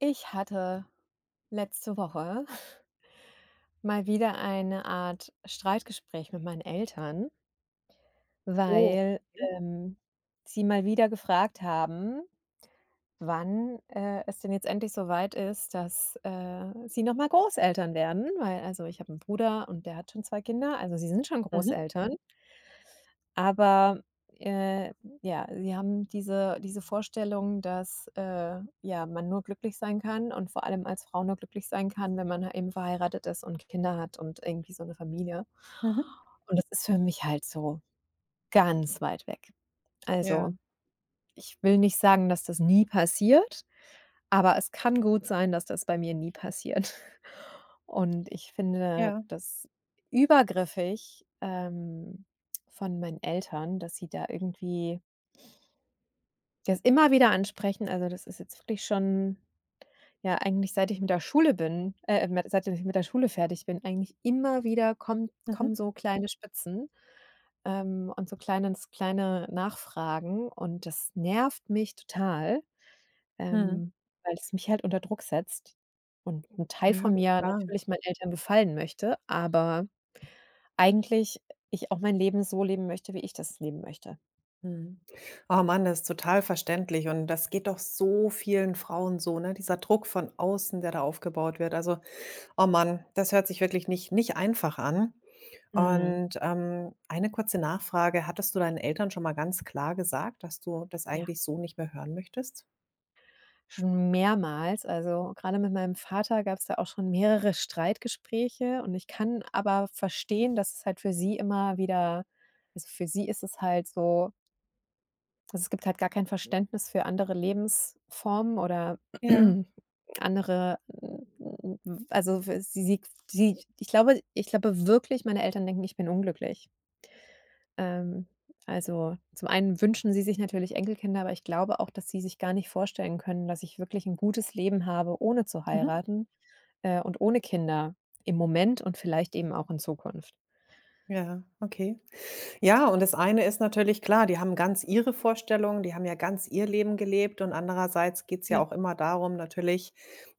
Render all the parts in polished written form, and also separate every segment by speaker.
Speaker 1: Ich hatte letzte Woche mal wieder eine Art Streitgespräch mit meinen Eltern,
Speaker 2: Oh,
Speaker 1: weil,
Speaker 2: okay.
Speaker 1: ähm, sie mal wieder gefragt haben, wann, es denn jetzt endlich so weit ist, dass, sie noch mal Großeltern werden, weil also, ich habe einen Bruder und der hat schon 2 Kinder, also, sie sind schon
Speaker 2: Mhm,
Speaker 1: Großeltern. Aber, äh, ja, sie haben diese Vorstellung, dass, ja, man nur glücklich sein kann und vor allem als Frau nur glücklich sein kann, wenn man eben verheiratet ist und Kinder hat und irgendwie so eine Familie.
Speaker 2: mhm.
Speaker 1: Und das ist für mich halt so ganz weit weg.
Speaker 2: Ja,
Speaker 1: Also, ich will nicht sagen, dass das nie passiert. Aber es kann gut sein, dass das bei mir nie passiert. Und ich finde
Speaker 2: ja.
Speaker 1: das übergriffig, von meinen Eltern, dass sie da irgendwie das immer wieder ansprechen. Also, das ist jetzt wirklich schon ja, eigentlich seit ich mit der Schule fertig bin, eigentlich immer wieder kommt
Speaker 2: Mhm,
Speaker 1: kommen so kleine Spitzen, und so kleine Nachfragen und das nervt mich total.
Speaker 2: mhm.
Speaker 1: Ähm, weil es mich halt unter Druck setzt und ein Teil
Speaker 2: Ja,
Speaker 1: von mir
Speaker 2: klar.
Speaker 1: natürlich meinen Eltern gefallen möchte, aber eigentlich ich auch mein Leben so leben möchte, wie ich das leben möchte.
Speaker 2: Mhm. Oh Mann, das ist total verständlich und das geht doch so vielen Frauen so, ne? Dieser Druck von außen, der da aufgebaut wird. Also, oh Mann, das hört sich wirklich nicht einfach an.
Speaker 1: Mhm,
Speaker 2: Und, eine kurze Nachfrage: Hattest du deinen Eltern schon mal ganz klar gesagt, dass du das
Speaker 1: ja,
Speaker 2: eigentlich so nicht mehr hören möchtest?
Speaker 1: schon mehrmals. Also, gerade mit meinem Vater gab es da auch schon mehrere Streitgespräche und ich kann aber verstehen, dass es halt für sie immer wieder. Also, für sie ist es halt so. Also, es gibt halt gar kein Verständnis für andere Lebensformen oder
Speaker 2: Ja.
Speaker 1: andere also, w sie, ich glaube wirklich, meine Eltern denken, ich bin unglücklich. Ähm, also, zum einen wünschen sie sich natürlich Enkelkinder, aber ich glaube auch, dass sie sich gar nicht vorstellen können, dass ich wirklich ein gutes Leben habe, ohne zu
Speaker 2: Mhm.
Speaker 1: heiraten, und ohne Kinder im Moment und vielleicht eben auch in Zukunft.
Speaker 2: Ja, okay. Ja, und das eine ist natürlich klar, die haben ganz ihre Vorstellungen, die haben ja ganz ihr Leben gelebt und andererseits geht's
Speaker 1: Ja.
Speaker 2: ja auch immer darum, natürlich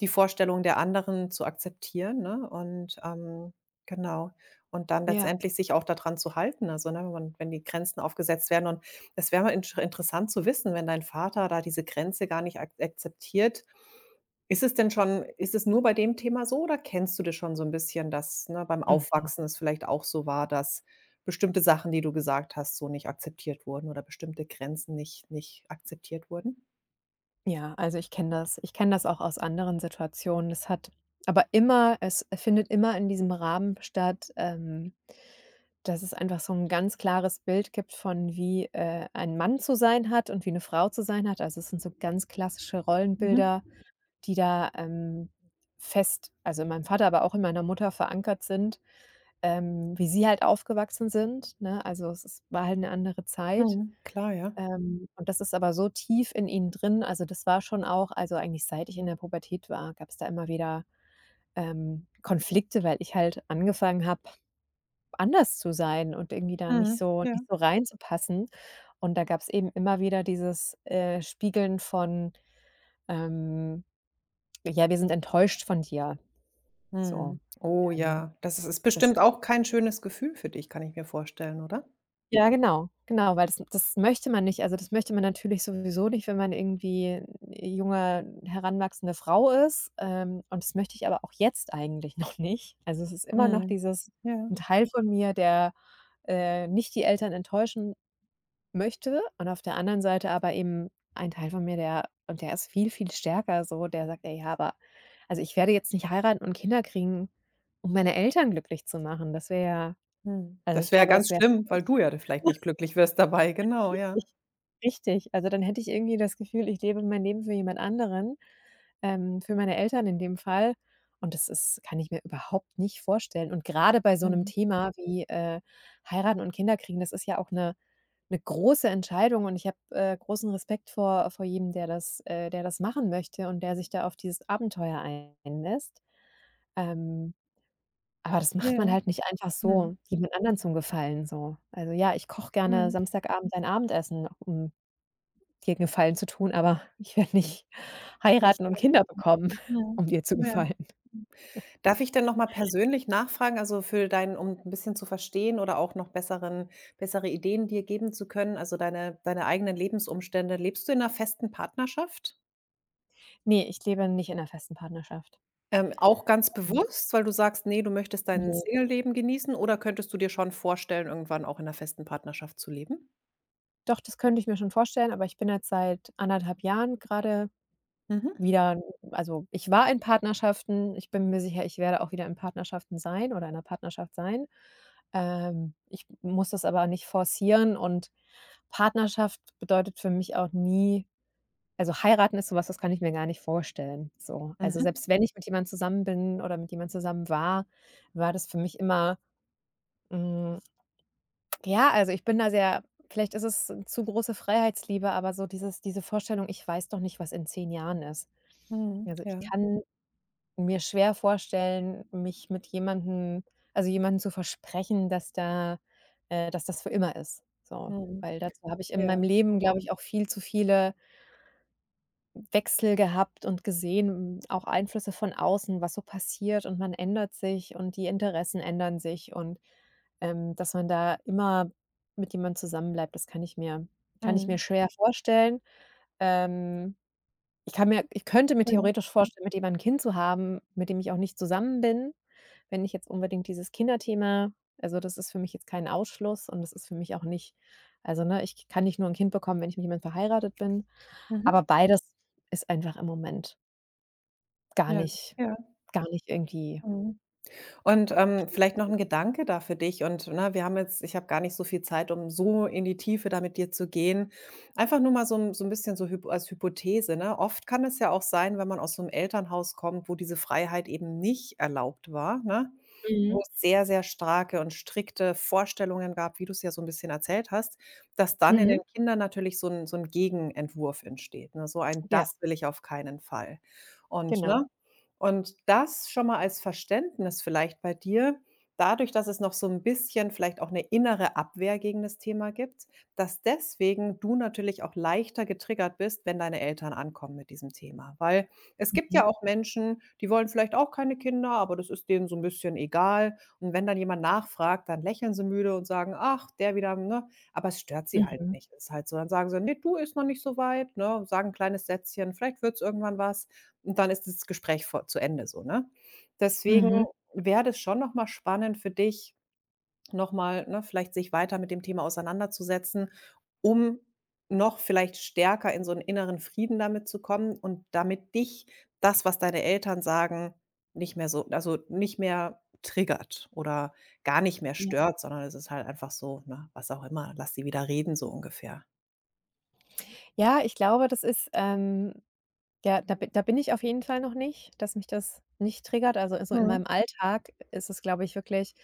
Speaker 2: die Vorstellungen der anderen zu akzeptieren, ne? Und, genau. Und dann
Speaker 1: Ja.
Speaker 2: letztendlich sich auch daran zu halten. Also, ne, wenn die Grenzen aufgesetzt werden und es wäre mal insch interessant zu wissen, wenn dein Vater da diese Grenze gar nicht ak akzeptiert, ist es denn schon ist es nur bei dem Thema so, oder kennst du das schon so 'n bisschen, dass, ne, beim
Speaker 1: Mhm.
Speaker 2: Aufwachsen es vielleicht auch so war, dass bestimmte Sachen, die du gesagt hast, so nicht akzeptiert wurden oder bestimmte Grenzen nicht akzeptiert wurden?
Speaker 1: Ja, also ich kenne das. Ich kenne das auch aus anderen Situationen. Das hat aber immer, es findet immer in diesem Rahmen statt, dass es einfach so ein ganz klares Bild gibt von, wie, ein Mann zu sein hat und wie eine Frau zu sein hat. Also, es sind so ganz klassische
Speaker 2: Mhm,
Speaker 1: Rollenbilder, die da, fest, also in meinem Vater, aber auch in meiner Mutter verankert sind, wie sie halt aufgewachsen sind, ne? Also, es ist, war halt eine andere Zeit.
Speaker 2: mhm, klar, ja.
Speaker 1: Und das ist aber so tief in ihnen drin. Also, das war schon auch, also, eigentlich seit ich in der Pubertät war, gab es da immer wieder, Konflikte, weil ich halt angefangen habe, anders zu sein und irgendwie da nicht
Speaker 2: Mhm,
Speaker 1: so
Speaker 2: ja.
Speaker 1: nicht so reinzupassen. Und da gab es eben immer wieder dieses, Spiegeln von, ähm: „Ja, wir sind enttäuscht von dir.“ So,
Speaker 2: Mhm. Oh
Speaker 1: ähm,
Speaker 2: ja, das ist
Speaker 1: das
Speaker 2: bestimmt auch kein schönes Gefühl für dich, kann ich mir vorstellen, oder?
Speaker 1: ja, genau, genau, weil das möchte man nicht. Also, das möchte man natürlich sowieso nicht, wenn man irgendwie 'ne junge, heranwachsende Frau ist, und das möchte ich aber auch jetzt eigentlich noch nicht. Also, es ist immer noch
Speaker 2: Mhm.
Speaker 1: dieses,
Speaker 2: Ja,
Speaker 1: 'n Teil von mir, der, nicht die Eltern enttäuschen möchte, und auf der anderen Seite aber eben ein Teil von mir, der ist viel, viel stärker, so, der sagt: „Ey, ja, aber also, ich werde jetzt nicht heiraten und Kinder kriegen, um meine Eltern glücklich zu machen.“ Das wäre ja.
Speaker 2: mhm.
Speaker 1: Also,
Speaker 2: Das
Speaker 1: ich
Speaker 2: wäre
Speaker 1: glaube, das
Speaker 2: ganz
Speaker 1: wäre
Speaker 2: schlimm, weil
Speaker 1: schade.
Speaker 2: du ja da vielleicht nicht glücklich wirst dabei, genau,
Speaker 1: Ich
Speaker 2: ja.
Speaker 1: richtig, also dann hätte ich irgendwie das Gefühl, ich lebe mein Leben für jemand anderen, für meine Eltern in dem Fall. Und das ist, kann ich mir überhaupt nicht vorstellen. Und grade bei so 'nem
Speaker 2: Mhm.
Speaker 1: Thema wie, heiraten und Kinder kriegen, das ist ja auch 'ne große Entscheidung, und ich habe, großen Respekt vor jedem, der das machen möchte und der sich da auf dieses Abenteuer einlässt. Ähm, aber das macht man
Speaker 2: Ja,
Speaker 1: halt nicht einfach so,
Speaker 2: mhm,
Speaker 1: jemand anderen zum Gefallen so. Also ja, ich koche gerne
Speaker 2: mhm.
Speaker 1: Samstagabend ein Abendessen, um dir 'n Gefallen zu tun, aber ich werde nicht
Speaker 2: Nicht
Speaker 1: heiraten und Kinder bekommen,
Speaker 2: Mhm.
Speaker 1: um dir zu Mhm.
Speaker 2: Ja.
Speaker 1: gefallen.
Speaker 2: Darf ich denn noch mal persönlich nachfragen, also für deinen um 'n bisschen zu verstehen oder auch noch besseren bessere Ideen dir geben zu können, also deine eigenen Lebensumstände. Lebst du in 'ner festen Partnerschaft?
Speaker 1: Ne, ich lebe nicht in 'ner festen Partnerschaft.
Speaker 2: Auch ganz
Speaker 1: Ähm,
Speaker 2: bewusst, weil du sagst: „Ne, du möchtest dein
Speaker 1: ne.
Speaker 2: Single-Leben genießen“, oder könntest du dir schon vorstellen, irgendwann auch in 'ner festen Partnerschaft zu leben?
Speaker 1: Doch, das könnte ich mir schon vorstellen, aber ich bin jetzt seit anderthalb Jahren grade
Speaker 2: Mhm.
Speaker 1: wieder. Also, ich war in Partnerschaften. Ich bin mir sicher, ich werde auch wieder in Partnerschaften sein oder in 'ner Partnerschaft sein. Ich muss das aber nicht forcieren, und Partnerschaft bedeutet für mich auch nie. Also, heiraten ist sowas, das kann ich mir gar nicht vorstellen, so. Also,
Speaker 2: Mhm.
Speaker 1: selbst wenn ich mit jemandem zusammen bin oder mit jemandem zusammen war, war das für mich immer hm, ja, also, ich bin da sehr. Vielleicht ist es zu große Freiheitsliebe, aber so diese Vorstellung: „Ich weiß doch nicht, was in 10 Jahren ist.“
Speaker 2: Mhm.
Speaker 1: Also, ich
Speaker 2: Ja.
Speaker 1: kann mir schwer vorstellen, mich mit jemandem also, jemandem zu versprechen, dass das für immer ist, so.
Speaker 2: Mhm.
Speaker 1: Weil dazu habe ich in meinem
Speaker 2: Ja.
Speaker 1: Leben, glaube ich, auch viel zu viele Wechsel gehabt und gesehen, auch Einflüsse von außen, was so passiert, und man ändert sich und die Interessen ändern sich, und dass man da immer mit jemandem zusammenbleibt, das kann ich mir
Speaker 2: Mhm.
Speaker 1: schwer vorstellen. Ähm, ich könnte mir
Speaker 2: Ja.
Speaker 1: theoretisch vorstellen, mit jemandem 'n Kind zu haben, mit dem ich auch nicht zusammen bin, wenn ich jetzt unbedingt dieses Kinderthema. Also, das ist für mich jetzt kein Ausschluss, und das ist für mich auch nicht. Also, ne, ich kann nicht nur ein Kind bekommen, wenn ich mit jemandem verheiratet bin.
Speaker 2: Mhm.
Speaker 1: Aber beides ist einfach im Moment gar
Speaker 2: Ja.
Speaker 1: nicht
Speaker 2: Ja.
Speaker 1: gar nicht irgendwie.
Speaker 2: Mhm. Und, vielleicht noch ein Gedanke da für dich und, ne, wir haben jetzt ich habe gar nicht so viel Zeit, um so in die Tiefe da mit dir zu gehen. Einfach nur mal so ein bisschen so hyp als Hypothese, ne? Oft kann es ja auch sein, wenn man aus so einem Elternhaus kommt, wo diese Freiheit eben nicht erlaubt war, ne? Wo
Speaker 1: Mhm.
Speaker 2: es sehr, sehr starke und strikte Vorstellungen gab, wie du es ja so ein bisschen erzählt hast, dass dann in
Speaker 1: Mhm,
Speaker 2: den Kindern natürlich so ein Gegenentwurf entsteht, ne? So ein:
Speaker 1: ja,
Speaker 2: „Das will ich auf keinen Fall.“ Und,
Speaker 1: genau.
Speaker 2: ne, und das schon mal als Verständnis vielleicht bei dir, dadurch, dass es noch so ein bisschen vielleicht auch eine innere Abwehr gegen das Thema gibt, dass deswegen du natürlich auch leichter getriggert bist, wenn deine Eltern ankommen mit diesem Thema. Weil es gibt ja
Speaker 1: Mhm.
Speaker 2: auch Menschen, die wollen vielleicht auch keine Kinder, aber das ist denen so ein bisschen egal. Und wenn dann jemand nachfragt, dann lächeln sie müde und sagen: „Ach, der wieder“, ne? Aber es stört sie halt
Speaker 1: Mhm,
Speaker 2: nicht. Ist halt so. Dann sagen sie: „Ne, du ist noch nicht so weit“, ne? Sagen 'n kleines Sätzchen, vielleicht wird's irgendwann was. Und dann ist das Gespräch vor zu Ende so, ne? Deswegen
Speaker 1: mhm.
Speaker 2: wäre das schon noch mal spannend für dich, noch mal, ne, vielleicht sich weiter mit dem Thema auseinanderzusetzen, um noch vielleicht stärker in so 'n inneren Frieden damit zu kommen und damit dich das, was deine Eltern sagen, nicht mehr so also, nicht mehr triggert oder gar nicht mehr
Speaker 1: Ja.
Speaker 2: stört, sondern es ist halt einfach so, ne, was auch immer, lass sie wieder reden so ungefähr.
Speaker 1: Ja, ich glaube, das ist, ja, da bi da bin ich auf jeden Fall noch nicht, dass mich das nicht triggert. Also, so in
Speaker 2: Mhm.
Speaker 1: meinem Alltag ist es, glaube ich, wirklich.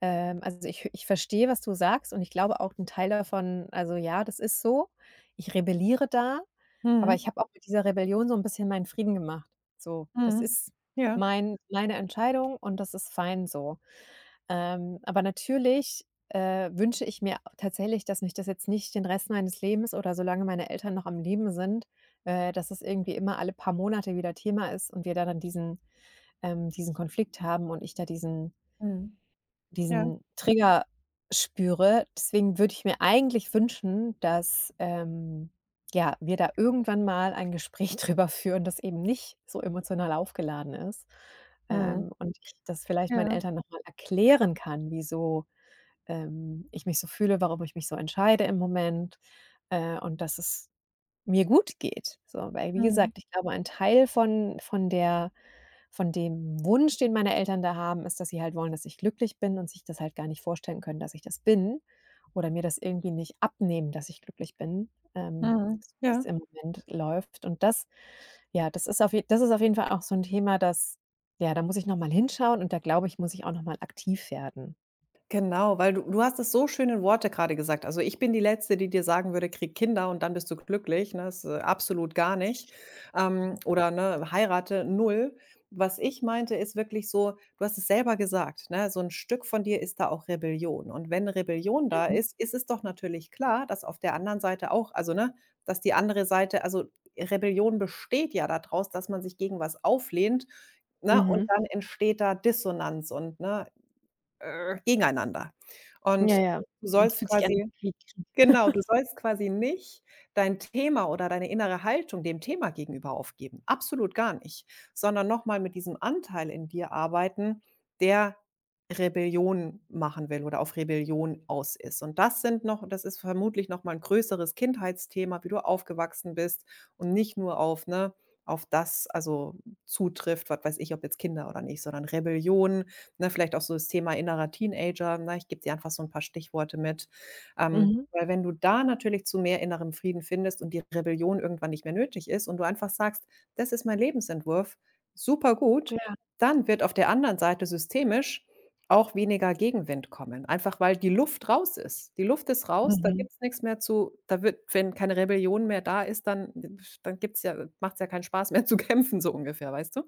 Speaker 1: Also, ich verstehe, was du sagst, und ich glaube auch 'n Teil davon. Also, ja, das ist so. Ich rebelliere da, aber ich
Speaker 2: Mhm.
Speaker 1: habe auch mit dieser Rebellion so ein bisschen meinen Frieden gemacht. So, das
Speaker 2: Mhm.
Speaker 1: ist
Speaker 2: Ja.
Speaker 1: meine Entscheidung und das ist fein so. Aber natürlich, wünsche ich mir tatsächlich, dass mich das jetzt nicht den Rest meines Lebens oder solange meine Eltern noch am Leben sind, dass es irgendwie immer alle paar Monate wieder Thema ist und wir da dann diesen, diesen Konflikt haben und ich da diesen
Speaker 2: Mhm. Ja.
Speaker 1: diesen Trigger spüre. Deswegen würde ich mir eigentlich wünschen, dass, ja, wir da irgendwann mal ein Gespräch drüber führen, das eben nicht so emotional aufgeladen ist,
Speaker 2: Mhm.
Speaker 1: und ich das vielleicht meinen
Speaker 2: Ja.
Speaker 1: Eltern noch mal erklären kann, wieso ich mich so fühle, warum ich mich so entscheide im Moment, und dass es mir gut geht. So, weil, wie
Speaker 2: Mhm.
Speaker 1: gesagt, ich glaube, ein Teil von dem Wunsch, den meine Eltern da haben, ist, dass sie halt wollen, dass ich glücklich bin, und sich das halt gar nicht vorstellen können, dass ich das bin oder mir das irgendwie nicht abnehmen, dass ich glücklich bin,
Speaker 2: Mhm.
Speaker 1: so wie's
Speaker 2: Ja.
Speaker 1: im Moment läuft. Und das, ja, das ist auf je, das ist auf jeden Fall auch so ein Thema, das, ja, da muss ich noch mal hinschauen, und da glaube ich, muss ich auch noch mal aktiv werden.
Speaker 2: Genau, weil du hast es so schön in Worte gerade gesagt. Also, ich bin die Letzte, die dir sagen würde: „Krieg Kinder und dann bist du glücklich“, ne? Das ist absolut gar nicht. Oder, ne, heirate, null. Was ich meinte, ist wirklich so, du hast es selber gesagt, ne, so ein Stück von dir ist da auch Rebellion. Und wenn Rebellion da ist, ist es doch natürlich klar, dass auf der anderen Seite auch dass die andere Seite Rebellion besteht ja da draus, dass man sich gegen was auflehnt, ne? Und
Speaker 1: Mhm.
Speaker 2: dann entsteht da Dissonanz und, ne, gegeneinander.
Speaker 1: Ja,
Speaker 2: Und
Speaker 1: ja.
Speaker 2: du
Speaker 1: Und es
Speaker 2: sollst
Speaker 1: fühlt sich an
Speaker 2: quasi
Speaker 1: wie Krieg.
Speaker 2: Genau, du sollst quasi nicht dein Thema oder deine innere Haltung dem Thema gegenüber aufgeben. Absolut gar nicht, sondern noch mal mit diesem Anteil in dir arbeiten, der Rebellion machen will oder auf Rebellion aus ist. Und das ist vermutlich noch mal 'n größeres Kindheitsthema, wie du aufgewachsen bist und nicht nur auf das zutrifft, was weiß ich, ob jetzt Kinder oder nicht, sondern Rebellion, ne, vielleicht auch so das Thema innerer Teenager, ne? Ich gebe dir einfach so ein paar Stichworte mit.
Speaker 1: Mhm.
Speaker 2: Weil wenn du da natürlich zu mehr innerem Frieden findest und die Rebellion irgendwann nicht mehr nötig ist und du einfach sagst: „Das ist mein Lebensentwurf, super gut“,
Speaker 1: Ja.
Speaker 2: dann wird auf der anderen Seite systemisch auch weniger Gegenwind kommen, einfach weil die Luft raus ist. Die Luft ist raus, da
Speaker 1: Mhm.
Speaker 2: gibt es nichts mehr zu da wird wenn keine Rebellion mehr da ist, dann gibt's ja macht's ja keinen Spaß mehr zu kämpfen, so ungefähr, weißt du?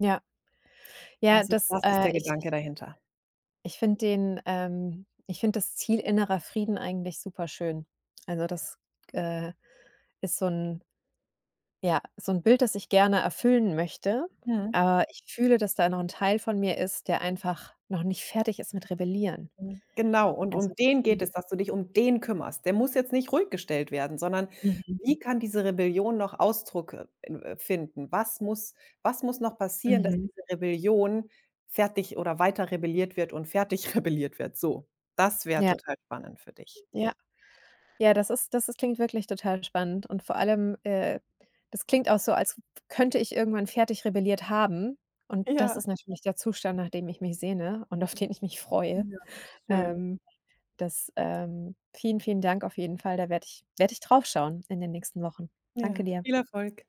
Speaker 1: Ja. Ja,
Speaker 2: Also,
Speaker 1: das,
Speaker 2: das ist der
Speaker 1: äh, ich
Speaker 2: Gedanke
Speaker 1: ich
Speaker 2: dahinter.
Speaker 1: ich finde den, ich finde das Ziel innerer Frieden eigentlich super schön. Also, das, äh, ist so 'n, ja, so 'n Bild, das ich gerne erfüllen möchte,
Speaker 2: Mhm.
Speaker 1: aber ich fühle, dass da noch 'n Teil von mir ist, der einfach noch nicht fertig ist mit Rebellieren.
Speaker 2: Mhm, genau, und
Speaker 1: Also,
Speaker 2: um
Speaker 1: das ist
Speaker 2: den
Speaker 1: so,
Speaker 2: geht es, dass du dich um den kümmerst. Der muss jetzt nicht ruhiggestellt werden, sondern
Speaker 1: mhm,
Speaker 2: wie kann diese Rebellion noch Ausdruck finden? Was muss noch passieren, dass
Speaker 1: mhm,
Speaker 2: diese Rebellion fertig oder weiter rebelliert wird und fertig rebelliert wird? So, das wäre
Speaker 1: ja.
Speaker 2: total spannend für dich.
Speaker 1: Ja. Ja, das ist klingt wirklich total spannend und vor allem, das klingt auch so, als könnte ich irgendwann fertig rebelliert haben, und das
Speaker 2: Ja,
Speaker 1: ist natürlich der Zustand, nach dem ich mich sehne und auf den ich mich freue.
Speaker 2: ja, schön.
Speaker 1: Ähm, vielen, vielen Dank auf jeden Fall. Da werde ich drauf schauen in den nächsten Wochen. Danke
Speaker 2: Ja,
Speaker 1: dir.
Speaker 2: viel Erfolg.